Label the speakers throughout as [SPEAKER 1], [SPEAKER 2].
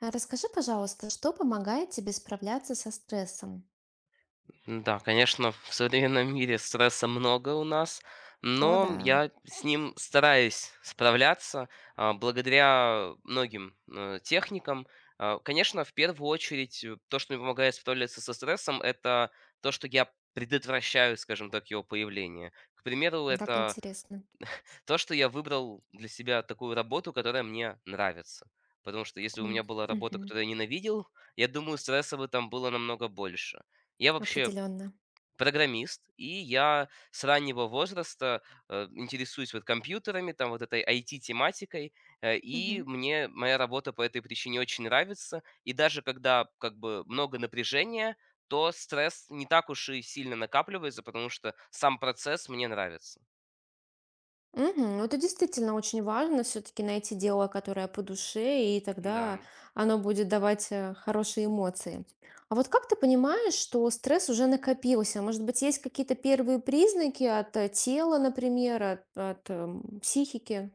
[SPEAKER 1] Расскажи, пожалуйста, что помогает тебе справляться со стрессом?
[SPEAKER 2] Да, конечно, в современном мире стресса много у нас,
[SPEAKER 1] О,
[SPEAKER 2] но
[SPEAKER 1] да,
[SPEAKER 2] я с ним стараюсь справляться благодаря многим техникам. Конечно, в первую очередь, то, что мне помогает справляться со стрессом, это то, что я предотвращаю, скажем так, его появление. К примеру,
[SPEAKER 1] как
[SPEAKER 2] это
[SPEAKER 1] интересно.
[SPEAKER 2] то, что я выбрал для себя такую работу, которая мне нравится. Потому что если бы у меня была работа, которую я ненавидел, я думаю, стресса бы там было намного больше. Я вообще
[SPEAKER 1] Определенно.
[SPEAKER 2] программист, и я с раннего возраста, интересуюсь вот компьютерами, там вот этой IT-тематикой, и
[SPEAKER 1] Угу.
[SPEAKER 2] мне моя работа по этой причине очень нравится. И даже когда как бы много напряжения, то стресс не так уж и сильно накапливается, потому что сам процесс мне нравится.
[SPEAKER 1] Угу. Это действительно очень важно, все-таки найти дело, которое по душе, и тогда
[SPEAKER 2] Да.
[SPEAKER 1] оно будет давать хорошие эмоции. А вот как ты понимаешь, что стресс уже накопился? Может быть, есть какие-то первые признаки от тела, например, от психики?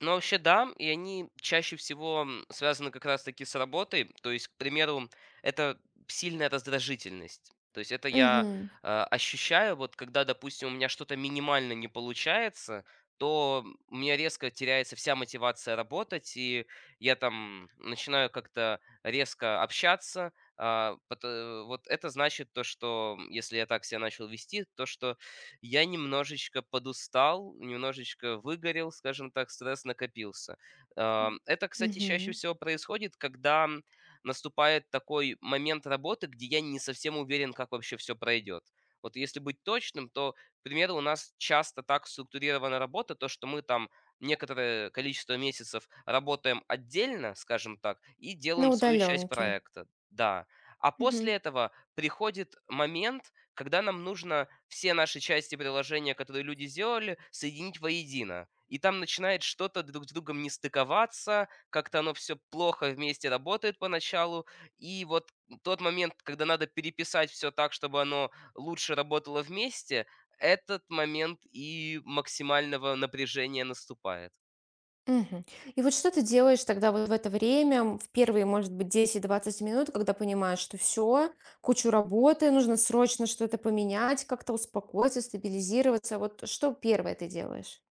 [SPEAKER 2] Ну, вообще, да, и они чаще всего связаны как раз-таки с работой. То есть, к примеру, это сильная раздражительность. То есть это я
[SPEAKER 1] Угу.
[SPEAKER 2] ощущаю, вот когда, допустим, у меня что-то минимально не получается, то у меня резко теряется вся мотивация работать, и я там начинаю как-то резко общаться. Вот это значит то, что если я так себя начал вести, то что я немножечко подустал, немножечко выгорел, скажем так, стресс накопился. Это, кстати, чаще
[SPEAKER 1] Угу.
[SPEAKER 2] всего происходит, когда наступает такой момент работы, где я не совсем уверен, как вообще все пройдет. Вот если быть точным, то, к примеру, у нас часто так структурирована работа, то, что мы там некоторое количество месяцев работаем отдельно, скажем так, и
[SPEAKER 1] На
[SPEAKER 2] делаем свою часть
[SPEAKER 1] удаленке.
[SPEAKER 2] проекта. Да. А после этого приходит момент, когда нам нужно все наши части приложения, которые люди сделали, соединить воедино. И там начинает что-то друг с другом не стыковаться, как-то оно все плохо вместе работает поначалу. И вот тот момент, когда надо переписать все так, чтобы оно лучше работало вместе, этот момент и максимального напряжения наступает.
[SPEAKER 1] Мгм. И вот что ты делаешь тогда вот в это время, в первые, может быть, 10-20 минут, когда понимаешь, что все кучу работы, нужно срочно что-то поменять, как-то успокоиться, стабилизироваться. Вот что первое ты делаешь?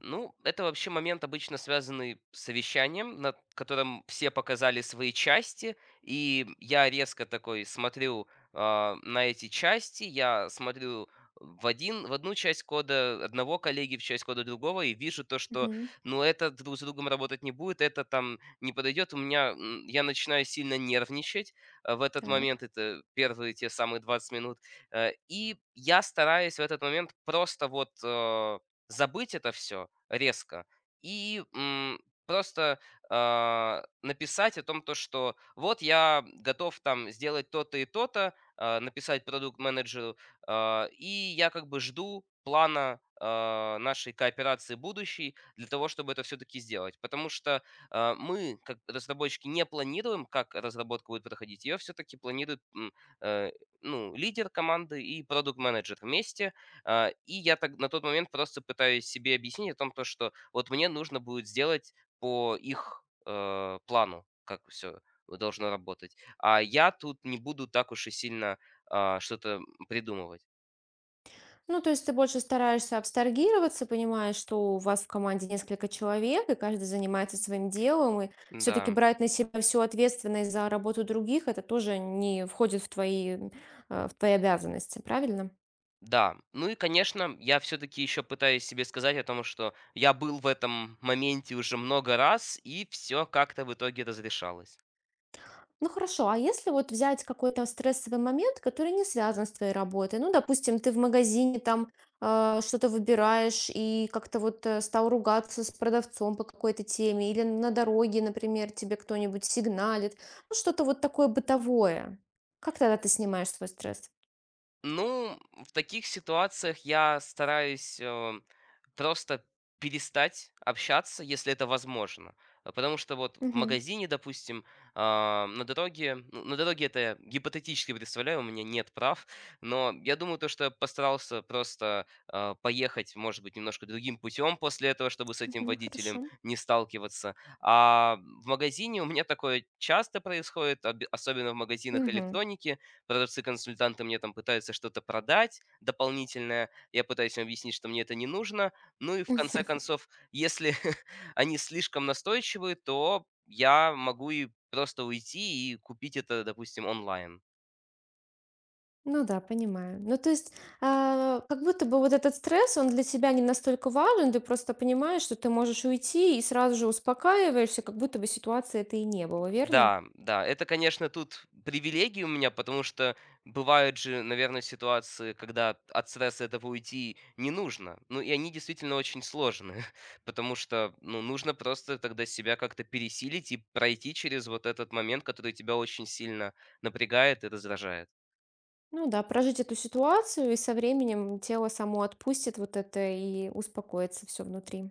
[SPEAKER 2] Ну, это вообще момент, обычно связанный с совещанием, на котором все показали свои части, и я резко такой смотрю на эти части, я смотрю в, один, в одну часть кода одного коллеги, в часть кода другого, и вижу то, что,
[SPEAKER 1] Мгм.
[SPEAKER 2] ну, это друг с другом работать не будет, это там не подойдет, я начинаю сильно нервничать в этот момент,
[SPEAKER 1] Так.
[SPEAKER 2] это первые те самые 20 минут, и я стараюсь в этот момент просто вот, забыть это все резко и, просто, написать о том, то что вот я готов там сделать то-то и то-то, написать продукт-менеджеру, и я как бы жду плана, нашей кооперации будущей для того, чтобы это все таки сделать. Потому что, мы, как разработчики, не планируем, как разработка будет проходить. Ее все таки планирует, э, ну, лидер команды и продукт-менеджер вместе. И я так на тот момент просто пытаюсь себе объяснить о том, то, что вот мне нужно будет сделать по их плану, как все должно работать. А я тут не буду так уж и сильно что-то придумывать.
[SPEAKER 1] Ну, то есть ты больше стараешься абстрагироваться, понимаешь, что у вас в команде несколько человек, и каждый занимается своим делом, и все-таки
[SPEAKER 2] Да,
[SPEAKER 1] брать на себя всю ответственность за работу других, это тоже не входит в твои, в твои обязанности, правильно?
[SPEAKER 2] да. Ну и, конечно, я все-таки еще пытаюсь себе сказать о том, что я был в этом моменте уже много раз, и все как-то в итоге разрешалось.
[SPEAKER 1] Ну хорошо, а если вот взять какой-то стрессовый момент, который не связан с твоей работой, ну, допустим, ты в магазине там что-то выбираешь и как-то вот стал ругаться с продавцом по какой-то теме, или на дороге, например, тебе кто-нибудь сигналит, ну, что-то вот такое бытовое. Как тогда ты снимаешь свой стресс?
[SPEAKER 2] Ну, в таких ситуациях я стараюсь просто перестать общаться, если это возможно. Потому что вот в
[SPEAKER 1] Угу,
[SPEAKER 2] магазине, допустим, на дороге, ну, на дороге это я гипотетически представляю, у меня нет прав, но я думаю, то, что я постарался просто поехать, может быть, немножко другим путем после этого, чтобы с этим
[SPEAKER 1] угу,
[SPEAKER 2] водителем
[SPEAKER 1] хорошо.
[SPEAKER 2] не сталкиваться. А в магазине у меня такое часто происходит, особенно в магазинах
[SPEAKER 1] Угу.
[SPEAKER 2] электроники, продавцы-консультанты мне там пытаются что-то продать дополнительное, я пытаюсь им объяснить, что мне это не нужно. Ну и в конце концов, если они слишком настойчивы, то я могу и просто уйти и купить это, допустим, онлайн.
[SPEAKER 1] Ну да, понимаю. Ну, то есть, как будто бы вот этот стресс, он для тебя не настолько важен, ты просто понимаешь, что ты можешь уйти и сразу же успокаиваешься, как будто бы ситуации это и не было, верно?
[SPEAKER 2] Да, да, это, конечно, тут привилегии у меня, потому что бывают же, наверное, ситуации, когда от стресса этого уйти не нужно. Ну, и они действительно очень сложные, потому что, ну, нужно просто тогда себя как-то пересилить и пройти через вот этот момент, который тебя очень сильно напрягает и раздражает.
[SPEAKER 1] Ну да, прожить эту ситуацию, и со временем тело само отпустит вот это и успокоится все внутри.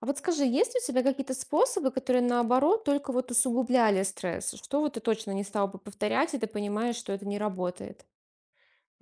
[SPEAKER 1] А вот скажи, есть у тебя какие-то способы, которые наоборот только вот усугубляли стресс? Что вот ты точно не стал бы повторять, и ты понимаешь, что это не работает?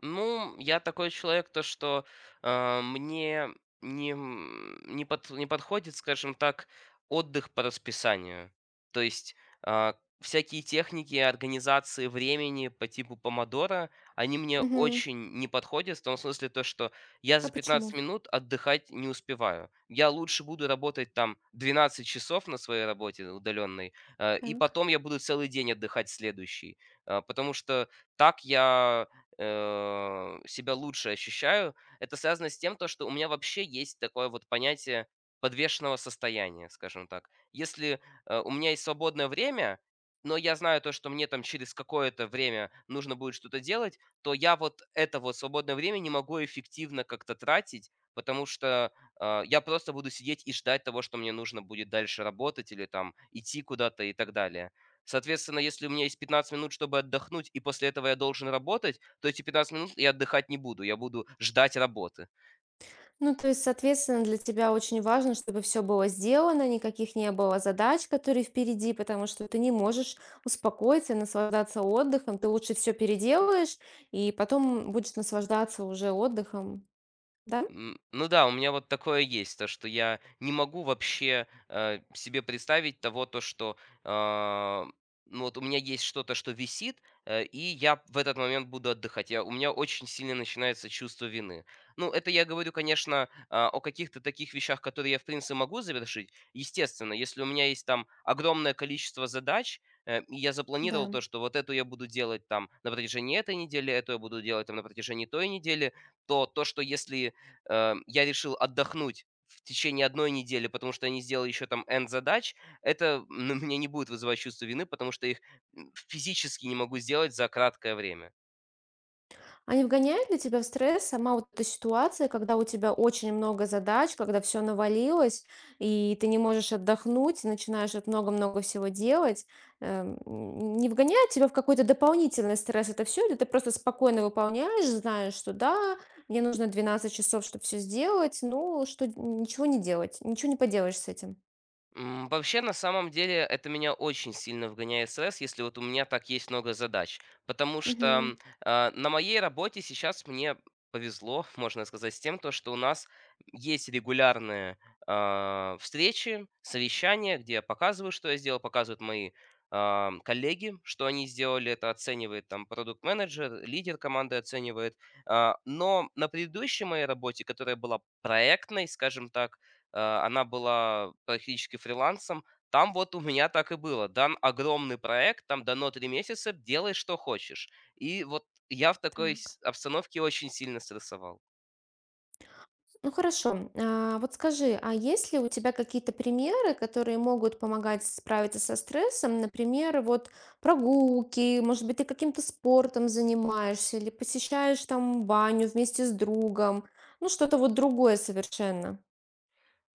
[SPEAKER 2] Ну, я такой человек, то что, мне не подходит, скажем так, отдых по расписанию. То есть, а, всякие техники организации времени по типу помодора они мне
[SPEAKER 1] Мгм.
[SPEAKER 2] очень не подходят в том смысле, то что я
[SPEAKER 1] А
[SPEAKER 2] за 15
[SPEAKER 1] почему?
[SPEAKER 2] минут отдыхать не успеваю. Я лучше буду работать там 12 часов на своей работе удаленной, и потом я буду целый день отдыхать следующий. Потому что так я себя лучше ощущаю. Это связано с тем, то, что у меня вообще есть такое вот понятие подвешенного состояния, скажем так. Если у меня есть свободное время, но я знаю то, что мне там через какое-то время нужно будет что-то делать, то я вот это вот свободное время не могу эффективно как-то тратить, потому что я просто буду сидеть и ждать того, что мне нужно будет дальше работать или там идти куда-то и так далее. Соответственно, если у меня есть 15 минут, чтобы отдохнуть, и после этого я должен работать, то эти 15 минут я отдыхать не буду, я буду ждать работы.
[SPEAKER 1] Ну, то есть, соответственно, для тебя очень важно, чтобы все было сделано, никаких не было задач, которые впереди, потому что ты не можешь успокоиться и наслаждаться отдыхом. Ты лучше все переделаешь, и потом будешь наслаждаться уже отдыхом. Да?
[SPEAKER 2] Ну да, у меня вот такое есть, то, что я не могу вообще, себе представить того, то, что, а, ну, вот у меня есть что-то, что висит, и я в этот момент буду отдыхать. Я у меня очень сильно начинается чувство вины. Ну, это я говорю, конечно, о каких-то таких вещах, которые я, в принципе, могу завершить. Естественно, если у меня есть там огромное количество задач, и я
[SPEAKER 1] Да.
[SPEAKER 2] запланировал то, что вот эту я буду делать там на протяжении этой недели, эту я буду делать там на протяжении той недели, то, что если я решил отдохнуть в течение одной недели, потому что я не сделал еще там N задач, это на меня не будет вызывать чувство вины, потому что их, физически не могу сделать за краткое время.
[SPEAKER 1] А не вгоняет ли тебя в стресс сама вот эта ситуация, когда у тебя очень много задач, когда все навалилось, и ты не можешь отдохнуть, начинаешь вот много-много всего делать? Не вгоняет тебя в какой-то дополнительный стресс это все, или ты просто спокойно выполняешь, знаешь, что да, мне нужно 12 часов, чтобы все сделать, ну, что ничего не делать, ничего не поделаешь с этим.
[SPEAKER 2] Вообще, на самом деле, это меня очень сильно вгоняет в стресс, если вот у меня так есть много задач. Потому что
[SPEAKER 1] Мгм.
[SPEAKER 2] на моей работе сейчас мне повезло, можно сказать, с тем, то, что у нас есть регулярные встречи, совещания, где я показываю, что я сделал, показывают мои коллеги, что они сделали, это оценивает там продукт-менеджер, лидер команды оценивает. Но на предыдущей моей работе, которая была проектной, скажем так, она была практически фрилансом. Там вот у меня так и было. Дан огромный проект, там дано 3 месяца, делай, что хочешь. И вот я в такой
[SPEAKER 1] Так.
[SPEAKER 2] с обстановке очень сильно стрессовал.
[SPEAKER 1] Ну хорошо, вот скажи, а есть ли у тебя какие-то примеры, которые могут помогать справиться со стрессом? Например, вот прогулки, может быть, ты каким-то спортом занимаешься или посещаешь там баню вместе с другом, ну что-то вот другое совершенно.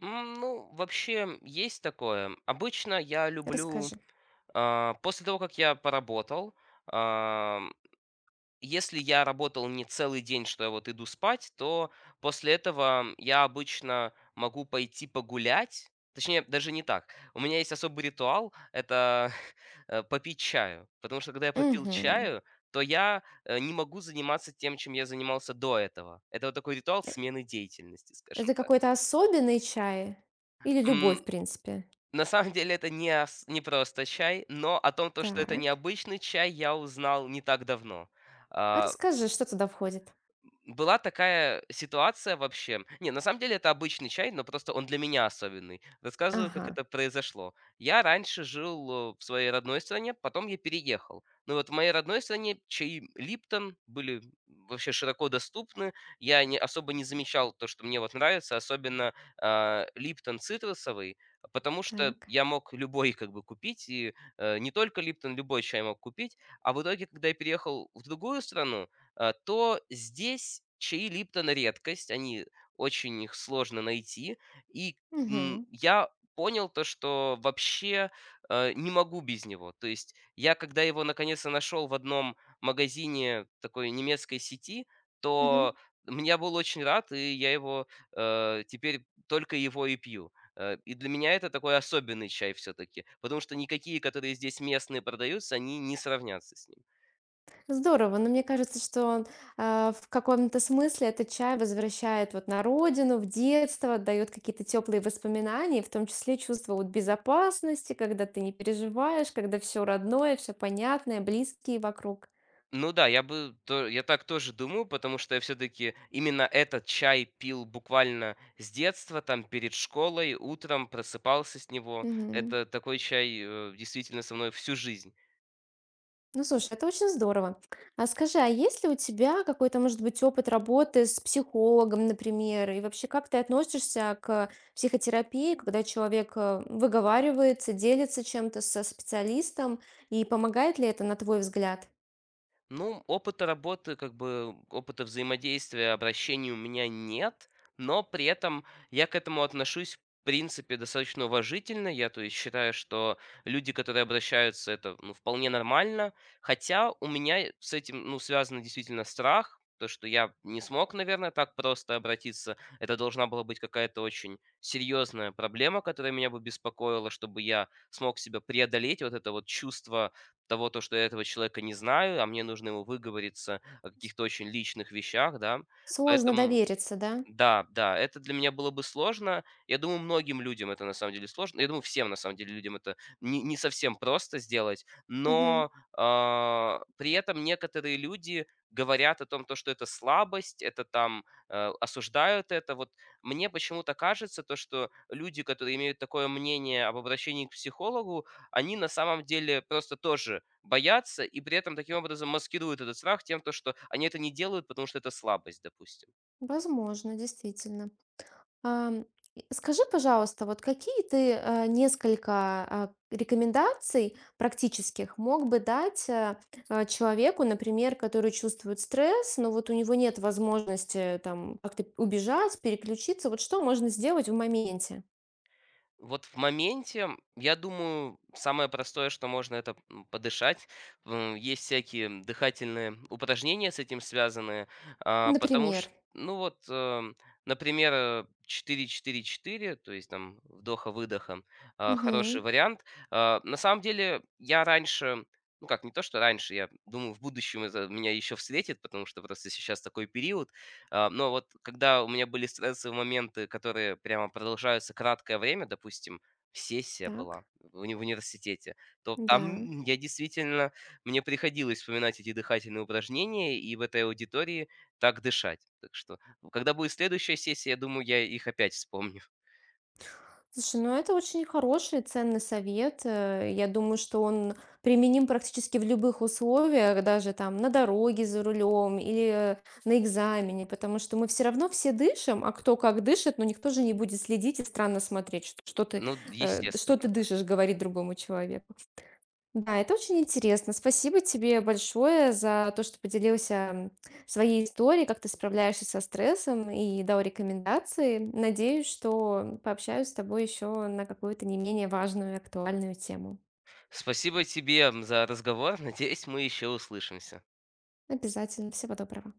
[SPEAKER 2] Ну, вообще, есть такое. Обычно я люблю,
[SPEAKER 1] Расскажи.
[SPEAKER 2] после того, как я поработал, а, Если я работал не целый день, что я вот иду спать, то после этого я обычно могу пойти погулять. Точнее, даже не так. У меня есть особый ритуал, это попить чаю. Потому что когда я попил
[SPEAKER 1] Мгм.
[SPEAKER 2] чаю, то я не могу заниматься тем, чем я занимался до этого. Это вот такой ритуал смены деятельности, скажем
[SPEAKER 1] Это
[SPEAKER 2] так.
[SPEAKER 1] какой-то особенный чай или любой,
[SPEAKER 2] М,
[SPEAKER 1] в принципе?
[SPEAKER 2] На самом деле это не просто чай, но о том, то, что это
[SPEAKER 1] Так.
[SPEAKER 2] необычный чай, я узнал не так давно.
[SPEAKER 1] А
[SPEAKER 2] А,
[SPEAKER 1] расскажи, что туда входит?
[SPEAKER 2] Была такая ситуация вообще. Не, на самом деле это обычный чай, но просто он для меня особенный. Рассказываю,
[SPEAKER 1] Ага,
[SPEAKER 2] как это произошло. Я раньше жил в своей родной стране, потом я переехал. Ну вот в моей родной стране чаи Липтон были вообще широко доступны. Я не, особо не замечал то, что мне вот нравится, особенно Липтон цитрусовый, потому что
[SPEAKER 1] так.
[SPEAKER 2] я мог любой как бы купить, и не только Липтон, любой чай мог купить. А в итоге, когда я переехал в другую страну, то здесь чаи Липтон редкость, они очень их сложно найти. И
[SPEAKER 1] Угу.
[SPEAKER 2] я понял то, что вообще не могу без него. То есть я, когда его наконец-то нашел в одном магазине такой немецкой сети, то я был очень рад, и я его теперь только его и пью. И для меня это такой особенный чай все-таки, потому что никакие, которые здесь местные продаются, они не сравнятся с ним.
[SPEAKER 1] Здорово, но мне кажется, что он, в каком-то смысле этот чай возвращает вот на родину, в детство, дает какие-то теплые воспоминания, и в том числе чувство вот безопасности, когда ты не переживаешь, когда все родное, все понятное, близкие вокруг.
[SPEAKER 2] Ну да, я бы то я так тоже думаю, потому что я все-таки именно этот чай пил буквально с детства, там перед школой, утром просыпался с него.
[SPEAKER 1] Мгм.
[SPEAKER 2] Это такой чай действительно со мной всю жизнь.
[SPEAKER 1] Ну, слушай, это очень здорово. А скажи, а есть ли у тебя какой-то, может быть, опыт работы с психологом, например? И вообще, как ты относишься к психотерапии, когда человек выговаривается, делится чем-то со специалистом, и помогает ли это, на твой взгляд?
[SPEAKER 2] Ну, опыта работы, как бы опыта взаимодействия, обращений у меня нет, но при этом я к этому отношусь, в принципе, достаточно уважительно. Я, то есть, считаю, что люди, которые обращаются, это ну, вполне нормально. Хотя у меня с этим ну, связан действительно страх, то, что я не смог, наверное, так просто обратиться. Это должна была быть какая-то очень серьезная проблема, которая меня бы беспокоила, чтобы я смог себя преодолеть, вот это вот чувство того, то, что я этого человека не знаю, а мне нужно ему выговориться о
[SPEAKER 1] С-
[SPEAKER 2] каких-то очень личных вещах, да.
[SPEAKER 1] Сложно
[SPEAKER 2] Поэтому
[SPEAKER 1] довериться, да?
[SPEAKER 2] да, да, это для меня было бы сложно. Я думаю, многим людям это на самом деле сложно. Я думаю, всем на самом деле людям это не совсем просто сделать,
[SPEAKER 1] Мгм.
[SPEAKER 2] но при этом некоторые люди говорят о том, то, что это слабость, это там осуждают это. Вот мне почему-то кажется, то, что люди, которые имеют такое мнение об обращении к психологу, они на самом деле просто тоже боятся и при этом таким образом маскируют этот страх тем, то, что они это не делают, потому что это слабость, допустим.
[SPEAKER 1] Возможно, действительно. Ам, и скажи, пожалуйста, вот какие ты, несколько, рекомендаций практических мог бы дать, человеку, например, который чувствует стресс, но вот у него нет возможности там как-то убежать, переключиться. Вот что можно сделать в моменте?
[SPEAKER 2] Вот в моменте, я думаю, самое простое, что можно, это подышать. Есть всякие дыхательные упражнения с этим связанные, потому
[SPEAKER 1] Например.
[SPEAKER 2] что, ну вот, например, четыре четыре 4 то есть там вдоха-выдоха,
[SPEAKER 1] Мгм.
[SPEAKER 2] хороший вариант. На самом деле, я раньше, ну как, не то, что раньше, я думаю, в будущем это меня еще встретит, потому что просто сейчас такой период, но вот когда у меня были стрессовые моменты, которые прямо продолжаются краткое время, допустим, сессия была
[SPEAKER 1] Так,
[SPEAKER 2] в университете, то
[SPEAKER 1] да.
[SPEAKER 2] там я действительно мне приходилось вспоминать эти дыхательные упражнения и в этой аудитории так дышать. Так что, когда будет следующая сессия, я думаю, я их опять вспомню.
[SPEAKER 1] Слушай, ну это очень хороший, ценный совет. Я думаю, что он применим практически в любых условиях, даже там на дороге за рулем или э, на экзамене, потому что мы все равно все дышим, а кто как дышит, но никто же не будет следить и странно смотреть, что, что ты,
[SPEAKER 2] Ну,
[SPEAKER 1] что ты
[SPEAKER 2] естественно, да.
[SPEAKER 1] дышишь, говорит другому человеку. Да, это очень интересно. Спасибо тебе большое за то, что поделился своей историей, как ты справляешься со стрессом и дал рекомендации. Надеюсь, что пообщаюсь с тобой еще на какую-то не менее важную и актуальную тему.
[SPEAKER 2] Спасибо тебе за разговор. Надеюсь, мы еще услышимся.
[SPEAKER 1] Обязательно. Всего доброго.